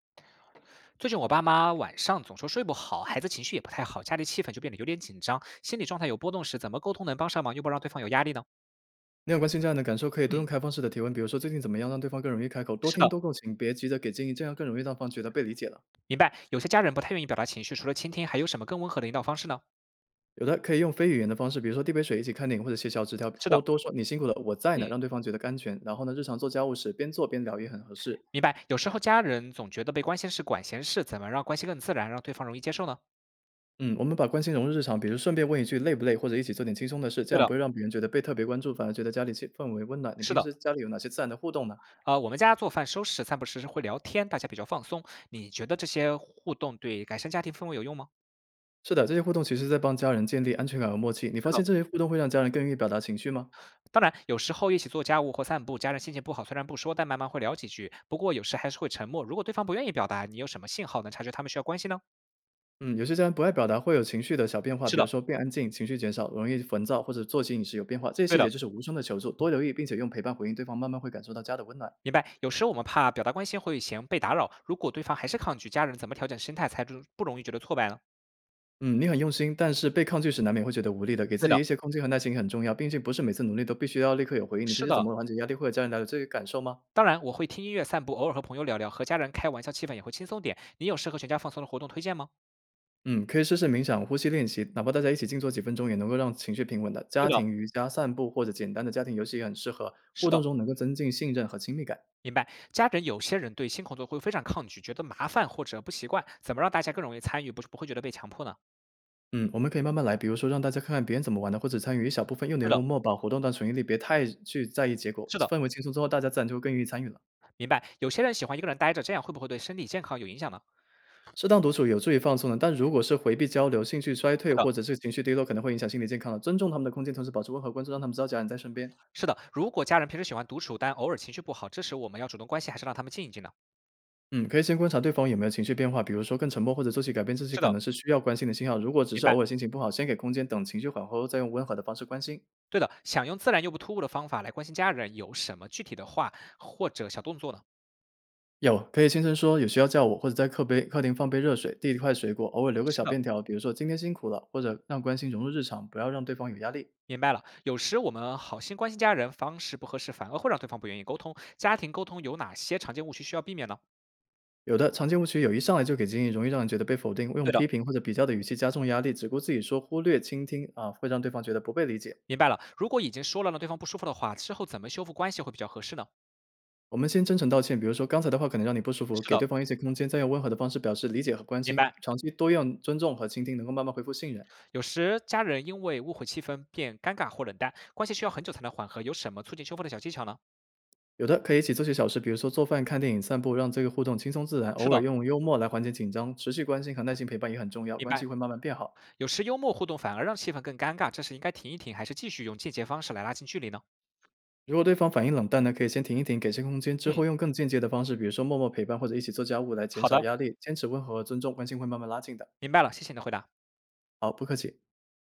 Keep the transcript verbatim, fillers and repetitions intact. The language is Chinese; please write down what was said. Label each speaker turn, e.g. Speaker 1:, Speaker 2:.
Speaker 1: 最近我爸妈晚上总说睡不好，孩子情绪也不太好，家里气氛就变得有点紧张，心理状态有波动时，怎么沟通能帮上忙又不让对方有压力呢？
Speaker 2: 那有关心家人的感受，可以多用
Speaker 1: 嗯，
Speaker 2: 开放式的提问，比如说最近怎么样，让对方更容易开口，多
Speaker 1: 是
Speaker 2: 听
Speaker 1: 的，
Speaker 2: 多共情，别急着给建议，这样更容易让方觉得被理解了。
Speaker 1: 明白。有些家人不太愿意表达情绪，除了倾听，还有什么更温和的引导方式呢？
Speaker 2: 有的可以用非语言的方式，比如说递杯水、一起看电影，或者写小纸条，
Speaker 1: 是
Speaker 2: 或
Speaker 1: 的，
Speaker 2: 多说“你辛苦了，我在
Speaker 1: 嗯，
Speaker 2: 呢”，让对方觉得安全。然后呢，日常做家务时边做边聊也很合适。
Speaker 1: 明白。有时候家人总觉得被关心是管闲事，怎么让关系更自然，让对方容易接受呢？
Speaker 2: 嗯，我们把关心融入日常，比如顺便问一句累不累，或者一起做点轻松的事，这
Speaker 1: 对
Speaker 2: 样
Speaker 1: 的，
Speaker 2: 不会让别人觉得被特别关注，反而觉得家里气氛围温暖。你
Speaker 1: 是
Speaker 2: 平
Speaker 1: 的。
Speaker 2: 时家里有哪些自然的互动呢？
Speaker 1: 呃，我们家做饭、收拾、散步时会聊天，大家比较放松。你觉得这些互动对改善家庭氛围有用吗？
Speaker 2: 是的，这些互动其实在帮家人建立安全感和默契。你
Speaker 1: 是
Speaker 2: 发现
Speaker 1: 的，
Speaker 2: 这些互动会让家人更愿意表达情绪吗？
Speaker 1: 当然，有时候一起做家务或散步，家人心情不好，虽然不说，但慢慢会聊几句。不过有时还是会沉默。如果对方不愿意表达，你有什么信号能察觉他们需要关心呢？
Speaker 2: 嗯，有些家人不爱表达，会有情绪的小变化，
Speaker 1: 是
Speaker 2: 比如
Speaker 1: 的，
Speaker 2: 说变安静、情绪减少、容易烦躁或者作息饮食有变化，这些
Speaker 1: 对
Speaker 2: 细
Speaker 1: 的，
Speaker 2: 节就是无声的求助，多留意，并且用陪伴回应对方，慢慢会感受到家的温暖。
Speaker 1: 明白。有时我们怕表达关心会嫌被打扰，如果对方还是抗拒，家人怎么调整心态才不不容易觉得挫败呢？
Speaker 2: 嗯，你很用心，但是被抗拒时难免会觉得无力的，给
Speaker 1: 对
Speaker 2: 自己
Speaker 1: 的，
Speaker 2: 一些空间和耐心很重要，毕竟不是每次努力都必须要立刻有回应。你平
Speaker 1: 是
Speaker 2: 时怎
Speaker 1: 的。
Speaker 2: 么缓解压力或者家人聊聊这些感受吗？
Speaker 1: 当然，我会听音乐、散步，偶尔和朋友聊聊，和家人开玩笑，气氛也会轻松点。你有适合全家放松的活动推荐吗？
Speaker 2: 嗯，可以试试冥想、呼吸练习，哪怕大家一起静坐几分钟，也能够让情绪平稳的。家
Speaker 1: 对的，
Speaker 2: 庭瑜伽、散步或者简单的家庭游戏也很适合，互
Speaker 1: 是的，
Speaker 2: 动中能够增进信任和亲密感。
Speaker 1: 明白。家人有些人对新工作会非常抗拒，觉得麻烦或者不习惯，怎么让大家更容易参与，不不会觉得被强迫呢？
Speaker 2: 嗯，我们可以慢慢来，比如说让大家看看别人怎么玩的，或者参与一小部分用点
Speaker 1: 是的，
Speaker 2: 幽默，把活动当纯毅力，别太去在意结果。
Speaker 1: 是
Speaker 2: 氛
Speaker 1: 的，
Speaker 2: 围轻松之后，大家自然就会更愿意参与了。
Speaker 1: 明白。有些人喜欢一个人待着，这样会不会对身体健康有影响呢？
Speaker 2: 适当独处有助于放松的，但如果是回避交流、兴趣衰退
Speaker 1: 是的，
Speaker 2: 或者是情绪低落，可能会影响心理健康了。尊重他们的空间，同时保持温和关注，让他们知道家人在身边。
Speaker 1: 是的。如果家人平时喜欢独处，但偶尔情绪不好，这时我们要主动关心，还是让他们静一静呢？
Speaker 2: 嗯，可以先观察对方有没有情绪变化，比如说更沉默或者做起改变，这些
Speaker 1: 是
Speaker 2: 可能
Speaker 1: 的，
Speaker 2: 是需要关心的信号。如果只
Speaker 1: 明
Speaker 2: 是偶
Speaker 1: 白。
Speaker 2: 尔心情不好，先给空间，等情绪缓和后再用温和的方式关心。
Speaker 1: 对的，想用自然又不突兀的方法来关心家人，有什么具体的话或者小动作呢？
Speaker 2: 有，可以轻声说“有需要叫我”，或者在客杯客厅放杯热水，递一块水果，偶尔留个
Speaker 1: 是
Speaker 2: 小
Speaker 1: 的，
Speaker 2: 便条，比如说“今天辛苦了”，或者让关心融入日常，不要让对方有压力。
Speaker 1: 明白了。有时我们好心关心家人，方式不合适，反而会让对方不愿意沟通。家庭沟通有哪些常见误区需要避免呢？
Speaker 2: 有的常见误区有一上来就给建议，容易让人觉得被否定，用
Speaker 1: 对的，
Speaker 2: 批评或者比较的语气加重压力，只顾自己说，忽略倾听啊，会让对方觉得不被理解。
Speaker 1: 明白了。如果已经说了让对方不舒服的话，之后怎么修复关系会比较合适呢？
Speaker 2: 我们先真诚道歉，比如说刚才的话可能让你不舒服，
Speaker 1: 是
Speaker 2: 给
Speaker 1: 的，
Speaker 2: 对方一些空间，再用温和的方式表示理解和关
Speaker 1: 明
Speaker 2: 心。
Speaker 1: 白。
Speaker 2: 长期多用尊重和倾听，能够慢慢恢复信任。
Speaker 1: 有时家人因为误会气氛变尴尬或冷淡，关系需要很久才能缓和。有什么促进修复的小技巧呢？
Speaker 2: 有的，可以一起做些小事，比如说做饭、看电影、散步，让这个互动轻松自然。
Speaker 1: 是
Speaker 2: 偶尔
Speaker 1: 的，
Speaker 2: 用幽默来缓解紧张，持续关心和耐心陪伴也很重要，
Speaker 1: 明
Speaker 2: 关系
Speaker 1: 白。
Speaker 2: 会慢慢变好。
Speaker 1: 有时幽默互动反而让气氛更尴尬，这时应该停一停，还是继续用间接方式来拉近距离呢？
Speaker 2: 如果对方反应冷淡呢，可以先停一停，给些空间，之
Speaker 1: 嗯，
Speaker 2: 后用更间接的方式，比如说默默陪伴或者一起做家务来减
Speaker 1: 好
Speaker 2: 少
Speaker 1: 的，
Speaker 2: 压力，坚持温和和尊重，关系会慢慢拉近的。
Speaker 1: 明白了，谢谢你的回答。
Speaker 2: 好，不客气。